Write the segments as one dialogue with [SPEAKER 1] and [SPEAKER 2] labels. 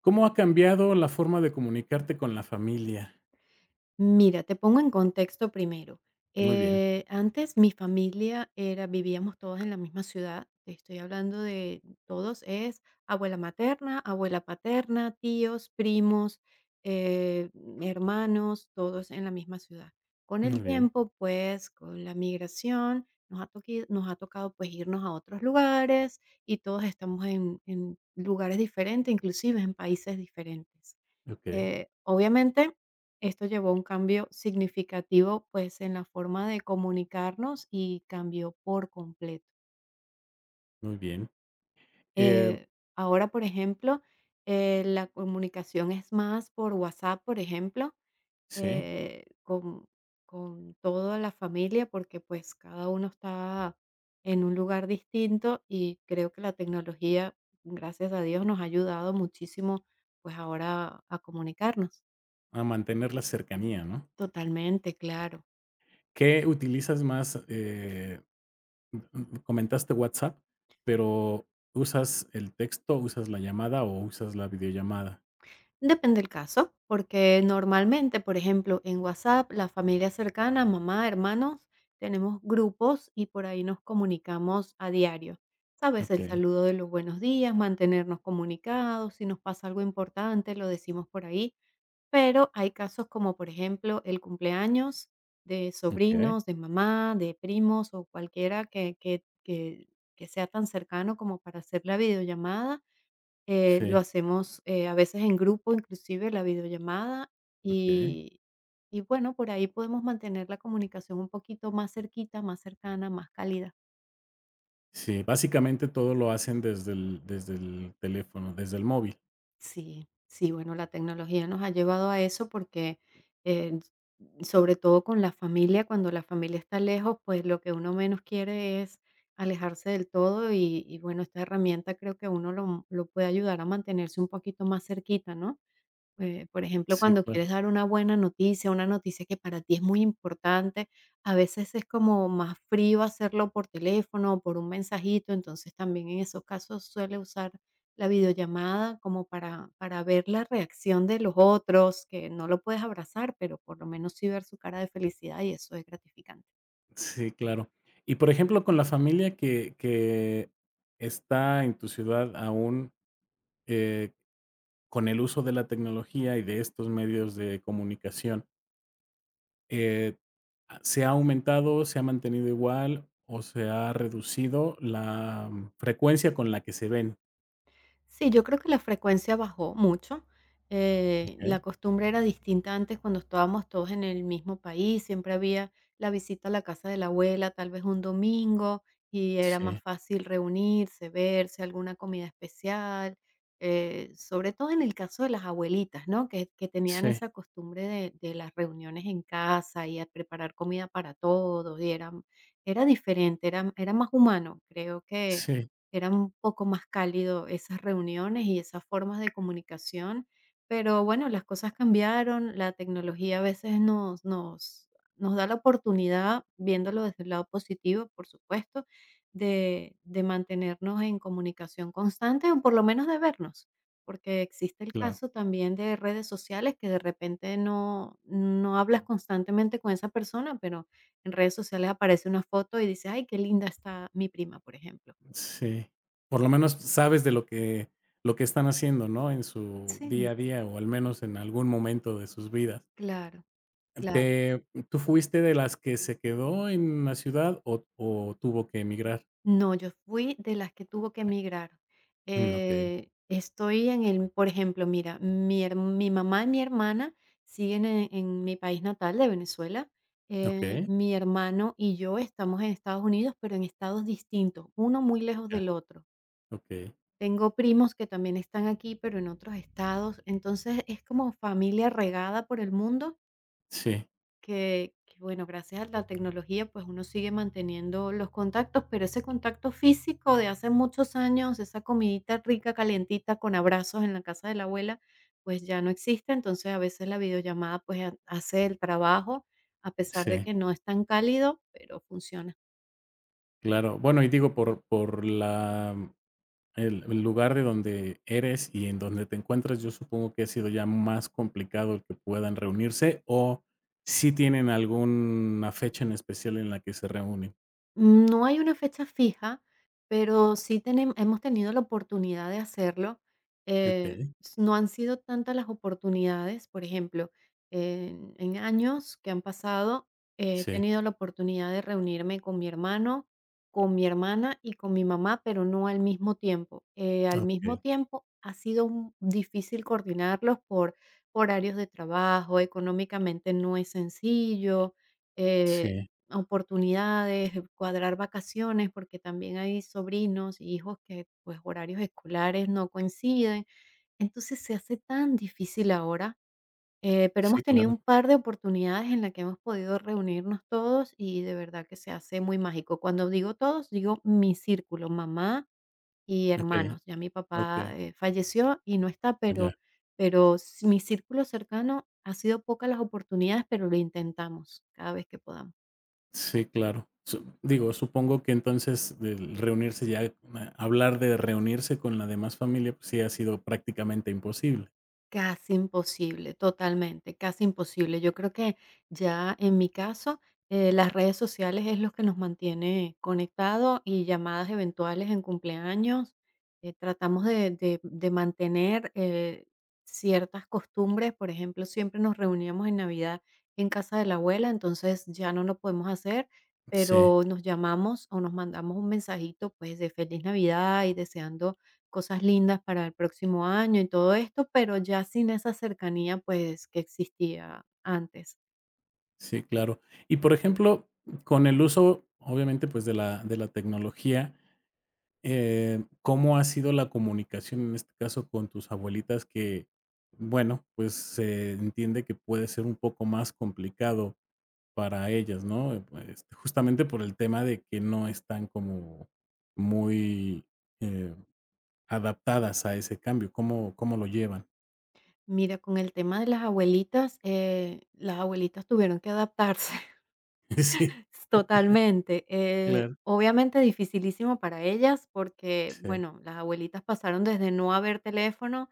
[SPEAKER 1] ¿Cómo ha cambiado la forma de comunicarte con la familia?
[SPEAKER 2] Mira, te pongo en contexto primero.
[SPEAKER 1] Muy bien,
[SPEAKER 2] Antes mi familia era vivíamos todos en la misma ciudad. Te estoy hablando de todos, es abuela materna, abuela paterna, tíos, primos, eh, hermanos, todos en la misma ciudad. Con
[SPEAKER 1] muy
[SPEAKER 2] el
[SPEAKER 1] bien,
[SPEAKER 2] tiempo, pues, con la migración, nos ha tocado, pues, irnos a otros lugares y todos estamos en lugares diferentes, inclusive en países diferentes.
[SPEAKER 1] okey,
[SPEAKER 2] Obviamente, esto llevó a un cambio significativo, pues, en la forma de comunicarnos, y cambió por completo.
[SPEAKER 1] muy bien. Eh,
[SPEAKER 2] Eh, Ahora, por ejemplo, la comunicación es más por WhatsApp, por ejemplo,
[SPEAKER 1] sí,
[SPEAKER 2] con toda la familia, porque, pues, cada uno está en un lugar distinto, y creo que la tecnología, gracias a Dios, nos ha ayudado muchísimo, pues, ahora a comunicarnos.
[SPEAKER 1] a mantener la cercanía, ¿no?
[SPEAKER 2] Totalmente, claro.
[SPEAKER 1] ¿Qué utilizas más? Comentaste WhatsApp, pero ¿usas el texto, usas la llamada o usas la videollamada?
[SPEAKER 2] Depende el caso, porque normalmente, por ejemplo, en WhatsApp, la familia cercana, mamá, hermanos, tenemos grupos y por ahí nos comunicamos a diario. Sabes, el
[SPEAKER 1] Okey,
[SPEAKER 2] saludo de los buenos días, mantenernos comunicados, si nos pasa algo importante, lo decimos por ahí, pero hay casos como, por ejemplo, el cumpleaños de
[SPEAKER 1] okey,
[SPEAKER 2] sobrinos, de mamá, de primos o cualquiera que sea tan cercano como para hacer la videollamada, lo
[SPEAKER 1] sí,
[SPEAKER 2] hacemos, a veces en grupo, inclusive la videollamada,
[SPEAKER 1] okey.
[SPEAKER 2] y y bueno, por ahí podemos mantener la comunicación un poquito más cerquita, más cercana, más cálida.
[SPEAKER 1] Sí, básicamente todo lo hacen desde el teléfono, desde el móvil.
[SPEAKER 2] Sí, sí, bueno, la tecnología nos ha llevado a eso porque, eh, sobre todo con la familia, cuando la familia está lejos, pues lo que uno menos quiere es alejarse del todo, y bueno, esta herramienta creo que uno lo puede ayudar a mantenerse un poquito más cerquita, ¿no? Por ejemplo,
[SPEAKER 1] Sí,
[SPEAKER 2] cuando
[SPEAKER 1] claro.
[SPEAKER 2] quieres dar una buena noticia, una noticia que para ti es muy importante, a veces es como más frío hacerlo por teléfono o por un mensajito, entonces también en esos casos suele usar la videollamada como para ver la reacción de los otros, que no lo puedes abrazar, pero por lo menos sí ver su cara de felicidad, y eso es gratificante.
[SPEAKER 1] Sí, claro. Y por ejemplo, con la familia que está en tu ciudad aún, eh, con el uso de la tecnología y de estos medios de comunicación, eh, ¿se ha aumentado, se ha mantenido igual o se ha reducido la frecuencia con la que se ven?
[SPEAKER 2] Sí, yo creo que la frecuencia bajó mucho.
[SPEAKER 1] Okey.
[SPEAKER 2] La costumbre era distinta antes, cuando estábamos todos en el mismo país, siempre había la visita a la casa de la abuela, tal vez un domingo, y era más
[SPEAKER 1] Sí,
[SPEAKER 2] fácil reunirse, verse, alguna comida especial, sobre todo en el caso de las abuelitas, ¿no? Que tenían
[SPEAKER 1] sí,
[SPEAKER 2] esa costumbre de las reuniones en casa y a preparar comida para todos, y era, era diferente, era, más humano. Creo que
[SPEAKER 1] sí,
[SPEAKER 2] era un poco más cálido esas reuniones y esas formas de comunicación, pero bueno, las cosas cambiaron, la tecnología a veces nos da la oportunidad, viéndolo desde el lado positivo, por supuesto, de mantenernos en comunicación constante, o por lo menos de vernos, porque existe el
[SPEAKER 1] claro,
[SPEAKER 2] caso también de redes sociales que de repente no hablas constantemente con esa persona, pero en redes sociales aparece una foto y dices: "Ay, qué linda está mi prima", por ejemplo.
[SPEAKER 1] sí. Por lo menos sabes de lo que están haciendo, ¿no? En su
[SPEAKER 2] Sí.
[SPEAKER 1] día a día, o al menos en algún momento de sus vidas.
[SPEAKER 2] Claro, claro.
[SPEAKER 1] Te ¿Tú fuiste de las que se quedó en la ciudad o tuvo que emigrar?
[SPEAKER 2] No, yo fui de las que tuvo que emigrar.
[SPEAKER 1] Mm, okey,
[SPEAKER 2] Estoy en el, por ejemplo, mira, mi mamá y mi hermana siguen en mi país natal de Venezuela.
[SPEAKER 1] okey,
[SPEAKER 2] Mi hermano y yo estamos en Estados Unidos, pero en estados distintos, uno muy lejos
[SPEAKER 1] ya,
[SPEAKER 2] del otro.
[SPEAKER 1] okey.
[SPEAKER 2] Tengo primos que también están aquí, pero en otros estados. Entonces es como familia regada por el mundo
[SPEAKER 1] Sí,
[SPEAKER 2] que, bueno, gracias a la tecnología, pues, uno sigue manteniendo los contactos, pero ese contacto físico de hace muchos años, esa comidita rica, calientita, con abrazos en la casa de la abuela, pues, ya no existe. Entonces, a veces la videollamada, pues, ha hace el trabajo, a pesar de
[SPEAKER 1] sí,
[SPEAKER 2] que no es tan cálido, pero funciona.
[SPEAKER 1] claro. Bueno, y digo, por la el lugar de donde eres y en donde te encuentras, yo supongo que ha sido ya más complicado el que puedan reunirse, ¿o si tienen alguna fecha en especial en la que se reúnen?
[SPEAKER 2] No hay una fecha fija, pero sí tenem hemos tenido la oportunidad de hacerlo.
[SPEAKER 1] Okey,
[SPEAKER 2] S No han sido tantas las oportunidades. Por ejemplo, en años que han pasado, he
[SPEAKER 1] sí,
[SPEAKER 2] tenido la oportunidad de reunirme con mi hermano, con mi hermana y con mi mamá, pero no al mismo tiempo. Al mismo
[SPEAKER 1] okey,
[SPEAKER 2] tiempo ha sido un difícil coordinarlos por horarios de trabajo, económicamente no es sencillo, eh
[SPEAKER 1] sí,
[SPEAKER 2] oportunidades, de cuadrar vacaciones, porque también hay sobrinos y hijos que, pues, horarios escolares no coinciden. Entonces, se hace tan difícil ahora, pero
[SPEAKER 1] sí,
[SPEAKER 2] hemos tenido
[SPEAKER 1] claro,
[SPEAKER 2] un par de oportunidades en las que hemos podido reunirnos todos, y de verdad que se hace muy mágico. Cuando digo todos, digo mi círculo, mamá y
[SPEAKER 1] okey,
[SPEAKER 2] hermanos. Ya mi
[SPEAKER 1] okey,
[SPEAKER 2] papá, falleció y no está,
[SPEAKER 1] allá.
[SPEAKER 2] pero s mi círculo cercano, ha sido pocas las oportunidades, pero lo intentamos cada vez que podamos.
[SPEAKER 1] Sí, claro. Digo, supongo que entonces el reunirse ya, hablar de reunirse con la demás familia, pues sí ha sido prácticamente imposible.
[SPEAKER 2] Casi imposible, totalmente, casi imposible. Yo creo que ya en mi caso, las redes sociales es lo que nos mantiene conectados, y llamadas eventuales en cumpleaños. Tratamos de mantener ciertas costumbres. Por ejemplo, siempre nos reuníamos en Navidad en casa de la abuela, entonces ya no lo podemos hacer,
[SPEAKER 1] Sí,
[SPEAKER 2] pero nos llamamos o nos mandamos un mensajito, pues, de feliz Navidad y deseando cosas lindas para el próximo año y todo esto, pero ya sin esa cercanía, pues, que existía antes.
[SPEAKER 1] sí, claro. Y por ejemplo, con el uso, obviamente, pues de la tecnología, ¿cómo ha sido la comunicación en este caso con tus abuelitas que, bueno, pues se entiende que puede ser un poco más complicado para ellas, ¿no? Pues justamente por el tema de que no están como muy, eh, adaptadas a ese cambio, ¿cómo lo llevan?
[SPEAKER 2] Mira, con el tema de las abuelitas tuvieron que adaptarse.
[SPEAKER 1] Sí,
[SPEAKER 2] Totalmente.
[SPEAKER 1] claro,
[SPEAKER 2] Obviamente dificilísimo para ellas porque,
[SPEAKER 1] sí,
[SPEAKER 2] bueno, las abuelitas pasaron desde no haber teléfono,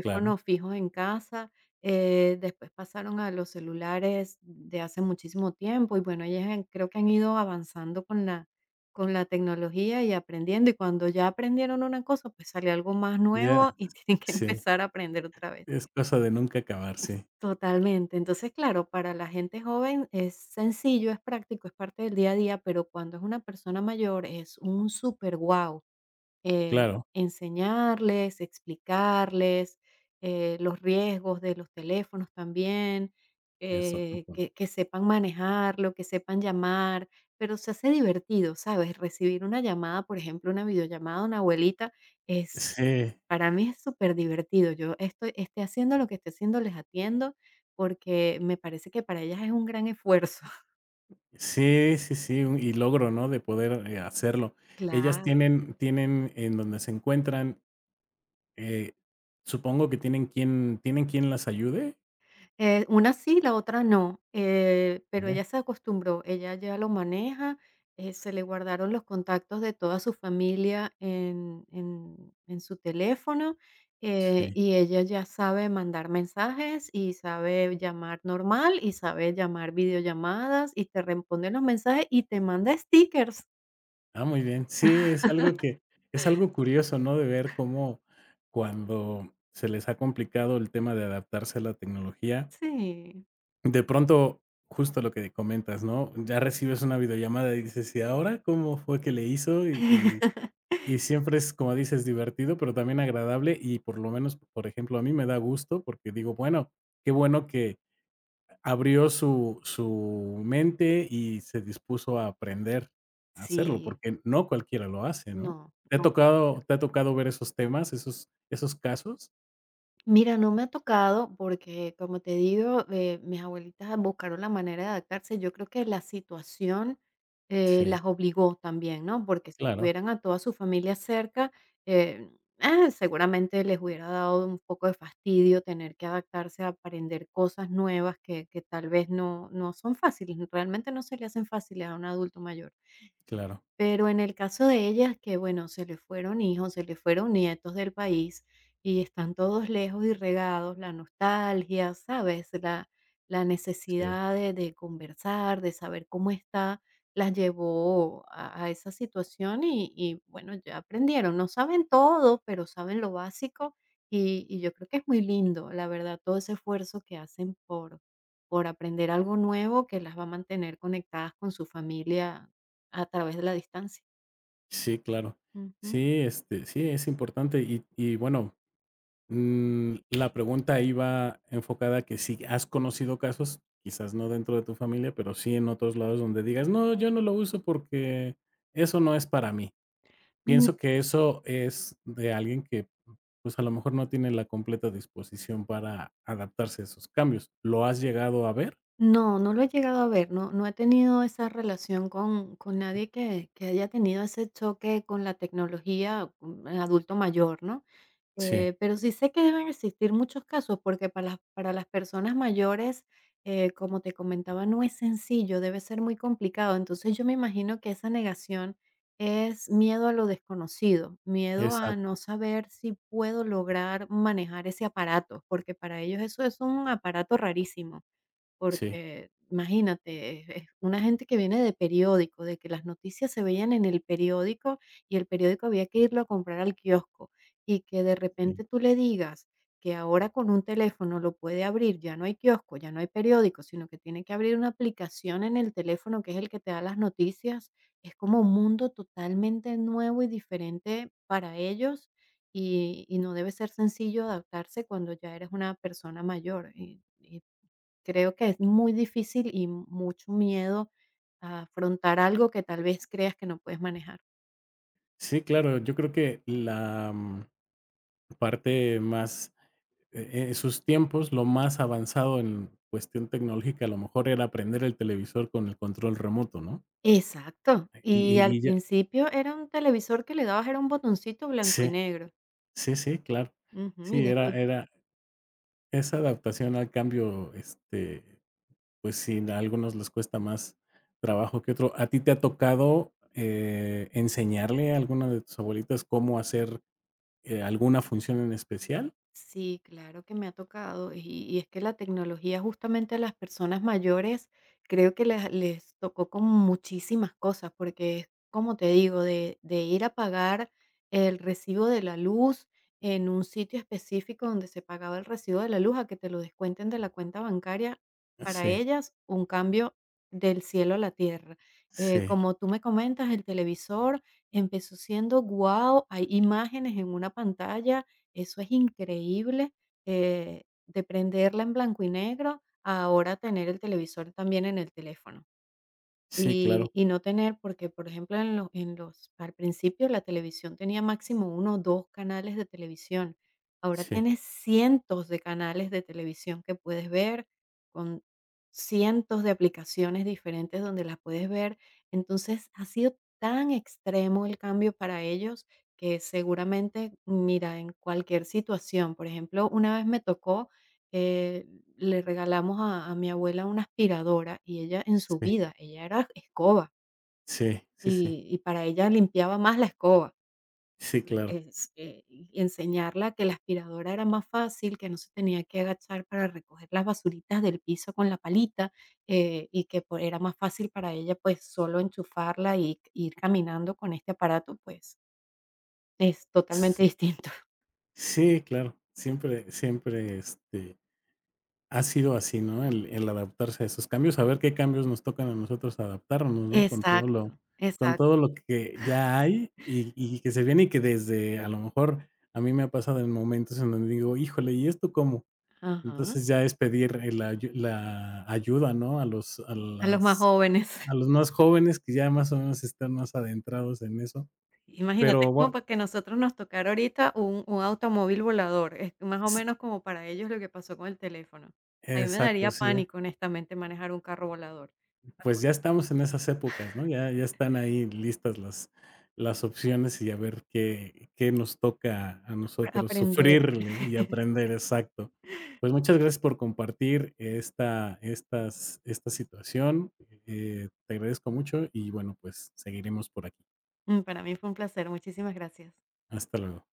[SPEAKER 1] claro,
[SPEAKER 2] fijos en casa, después pasaron a los celulares de hace muchísimo tiempo, y bueno, ellas creo que han ido avanzando con la tecnología y aprendiendo, y cuando ya aprendieron una cosa, pues sale algo más
[SPEAKER 1] ya,
[SPEAKER 2] nuevo y tienen que
[SPEAKER 1] sí,
[SPEAKER 2] empezar a aprender otra vez.
[SPEAKER 1] es cosa de nunca acabar, sí,
[SPEAKER 2] Totalmente. Entonces, claro, para la gente joven es sencillo, es práctico, es parte del día a día, pero cuando es una persona mayor es un súper guau. eh,
[SPEAKER 1] claro,
[SPEAKER 2] Enseñarles, explicarles los riesgos de los teléfonos también,
[SPEAKER 1] es otro punto.
[SPEAKER 2] que sepan manejarlo, que sepan llamar. Pero se hace divertido, ¿sabes? Recibir una llamada, por ejemplo, una videollamada de una abuelita,
[SPEAKER 1] Sí,
[SPEAKER 2] para mí es súper divertido. Yo estoy esté haciendo lo que esté haciendo, les atiendo, porque me parece que para ellas es un gran esfuerzo.
[SPEAKER 1] sí, sí, sí, un y logro, ¿no? De poder, hacerlo. Ellas
[SPEAKER 2] Claro.
[SPEAKER 1] tienen tienen en donde se encuentran, eh, supongo que ¿tienen quien las ayude?
[SPEAKER 2] Una sí, la otra no, pero ella
[SPEAKER 1] Eh,
[SPEAKER 2] se acostumbró, ella ya lo maneja, se le guardaron los contactos de toda su familia en en su teléfono,
[SPEAKER 1] sí.
[SPEAKER 2] y ella ya sabe mandar mensajes, y sabe llamar normal, y sabe llamar videollamadas, y te responde los mensajes y te manda stickers.
[SPEAKER 1] Ah, muy bien. Sí, es algo curioso, ¿no? De ver cómo cuando se les ha complicado el tema de adaptarse a la tecnología,
[SPEAKER 2] Sí.
[SPEAKER 1] de pronto, justo lo que comentas, ¿no? Ya recibes una videollamada y dices: ¿y ahora cómo fue que le hizo? Y siempre es, como dices, divertido, pero también agradable y por lo menos, por ejemplo, a mí me da gusto porque digo, bueno, qué bueno, abrió su mente y se dispuso a aprender a hacerlo,
[SPEAKER 2] Sí,
[SPEAKER 1] porque no cualquiera lo hace, ¿no?
[SPEAKER 2] no,
[SPEAKER 1] ¿Te ha
[SPEAKER 2] no.
[SPEAKER 1] tocado te ha tocado ver esos temas, esos casos?
[SPEAKER 2] Mira, no me ha tocado porque, como te digo, mis abuelitas buscaron la manera de adaptarse. Yo creo que la situación
[SPEAKER 1] Sí,
[SPEAKER 2] las obligó también, ¿no? Porque si
[SPEAKER 1] claro,
[SPEAKER 2] tuvieran a toda su familia cerca, eh, seguramente les hubiera dado un poco de fastidio tener que adaptarse a aprender cosas nuevas que tal vez no son fáciles, realmente no se le hacen fáciles a un adulto mayor.
[SPEAKER 1] claro.
[SPEAKER 2] Pero en el caso de ellas, que bueno, se les fueron hijos, se les fueron nietos del país, y están todos lejos y regados, la nostalgia, ¿sabes? La
[SPEAKER 1] Sí,
[SPEAKER 2] necesidad de conversar, de saber cómo está, las llevó a, esa situación, bueno, ya aprendieron. No saben todo, pero saben lo básico, y yo creo que es muy lindo, la verdad, todo ese esfuerzo que hacen por aprender algo nuevo que las va a mantener conectadas con su familia a través de la distancia.
[SPEAKER 1] sí, claro.
[SPEAKER 2] Ujú.
[SPEAKER 1] Sí, este, sí, es importante y bueno, la pregunta iba enfocada a que si has conocido casos, quizás no dentro de tu familia, pero sí en otros lados donde digas: "No, yo no lo uso porque eso no es para mí".
[SPEAKER 2] Mm,
[SPEAKER 1] Pienso que eso es de alguien que pues a lo mejor no tiene la completa disposición para adaptarse a esos cambios, ¿lo has llegado a ver?
[SPEAKER 2] No, no lo he llegado a ver, no, no he tenido esa relación con nadie que haya tenido ese choque con la tecnología, un adulto mayor, ¿no?
[SPEAKER 1] Sí.
[SPEAKER 2] Pero sí sé que deben existir muchos casos, porque para las, para las personas mayores, como te comentaba, no es sencillo, debe ser muy complicado. Entonces, yo me imagino que esa negación es miedo a lo desconocido, miedo a no
[SPEAKER 1] Exacto,
[SPEAKER 2] saber si puedo lograr manejar ese aparato, porque para ellos eso es un aparato rarísimo.
[SPEAKER 1] sí,
[SPEAKER 2] Porque imagínate, es una gente que viene de periódico, de que las noticias se veían en el periódico, y el periódico había que irlo a comprar al kiosco, y que de
[SPEAKER 1] sí.
[SPEAKER 2] repente tú le digas que ahora con un teléfono lo puede abrir, ya no hay kiosco, ya no hay periódico, sino que tiene que abrir una aplicación en el teléfono que es el que te da las noticias. Es como un mundo totalmente nuevo y diferente para ellos, y no debe ser sencillo adaptarse cuando ya eres una persona mayor, y creo que es muy difícil, y mucho miedo a afrontar algo que tal vez creas que no puedes manejar.
[SPEAKER 1] Sí, claro, yo creo que la, parte más, en sus tiempos, lo más avanzado en cuestión tecnológica, a lo mejor era aprender el televisor con el control remoto, ¿no?
[SPEAKER 2] Exacto.
[SPEAKER 1] Y
[SPEAKER 2] Y al
[SPEAKER 1] y ya
[SPEAKER 2] principio era un televisor que le dabas, era un botoncito blanco y
[SPEAKER 1] sí,
[SPEAKER 2] negro.
[SPEAKER 1] sí, sí, claro.
[SPEAKER 2] Ujú, y
[SPEAKER 1] Sí, era
[SPEAKER 2] después.
[SPEAKER 1] era esa adaptación al cambio, este, pues sí, a algunos les cuesta más trabajo que otro. ¿A ti te ha tocado, enseñarle a alguna de tus abuelitas cómo hacer, alguna función en especial?
[SPEAKER 2] Sí, claro que me ha tocado. Y es que la tecnología justamente a las personas mayores creo que les tocó con muchísimas cosas, porque es como te digo, de ir a pagar el recibo de la luz en un sitio específico donde se pagaba el recibo de la luz, a que te lo descuenten de la cuenta bancaria, para
[SPEAKER 1] Sí,
[SPEAKER 2] ellas un cambio del cielo a la tierra.
[SPEAKER 1] sí,
[SPEAKER 2] Como tú me comentas, el televisor empezó siendo wow, hay imágenes en una pantalla, eso es increíble, de prenderla en blanco y negro a ahora tener el televisor también en el teléfono.
[SPEAKER 1] sí,
[SPEAKER 2] Y
[SPEAKER 1] claro.
[SPEAKER 2] y no tener, porque, por ejemplo, en los al principio la televisión tenía máximo uno o 2 canales de televisión. Ahora
[SPEAKER 1] Sí,
[SPEAKER 2] tienes cientos de canales de televisión que puedes ver, con cientos de aplicaciones diferentes donde las puedes ver. Entonces, ha sido tan extremo el cambio para ellos que seguramente, mira, en cualquier situación, por ejemplo, una vez me tocó, eh, le regalamos a mi abuela una aspiradora, y ella en su
[SPEAKER 1] sí,
[SPEAKER 2] vida, ella era escoba,
[SPEAKER 1] sí, sí, sí,
[SPEAKER 2] y para ella limpiaba más la escoba.
[SPEAKER 1] sí, claro.
[SPEAKER 2] Y enseñarla que la aspiradora era más fácil, que no se tenía que agachar para recoger las basuritas del piso con la palita, y que, pues, era más fácil para ella, pues, solo enchufarla y ir caminando con este aparato, pues es totalmente
[SPEAKER 1] S
[SPEAKER 2] distinto.
[SPEAKER 1] Sí, claro. Siempre siempre, este, ha sido así, ¿no? El adaptarse a esos cambios, a ver qué cambios nos tocan a nosotros adaptarnos, ¿no?
[SPEAKER 2] Exacto,
[SPEAKER 1] Con
[SPEAKER 2] exacto.
[SPEAKER 1] todo lo que ya hay y que se viene y que desde a lo mejor a mí me ha pasado en momentos en donde digo: "Híjole, ¿y esto cómo?".
[SPEAKER 2] Ajá.
[SPEAKER 1] Entonces ya es pedir el ayu la ayuda, ¿no?
[SPEAKER 2] A los más jóvenes.
[SPEAKER 1] A los más jóvenes que ya más o menos están más adentrados en eso,
[SPEAKER 2] Imagínate,
[SPEAKER 1] pero
[SPEAKER 2] es como
[SPEAKER 1] bue
[SPEAKER 2] para que nosotros nos tocara ahorita un automóvil volador, es más o menos como para ellos lo que pasó con el teléfono. A mí me daría
[SPEAKER 1] exacto, sí.
[SPEAKER 2] pánico, honestamente, manejar un carro volador. Pero
[SPEAKER 1] Pues
[SPEAKER 2] bueno,
[SPEAKER 1] ya estamos en esas épocas, ¿no? Ya están ahí listas las opciones y a ver qué qué nos toca a nosotros
[SPEAKER 2] aprender.
[SPEAKER 1] sufrirle y aprender, exacto. Pues muchas gracias por compartir esta situación, te agradezco mucho y bueno, pues seguiremos por aquí.
[SPEAKER 2] Para mí fue un placer, muchísimas gracias.
[SPEAKER 1] Hasta luego.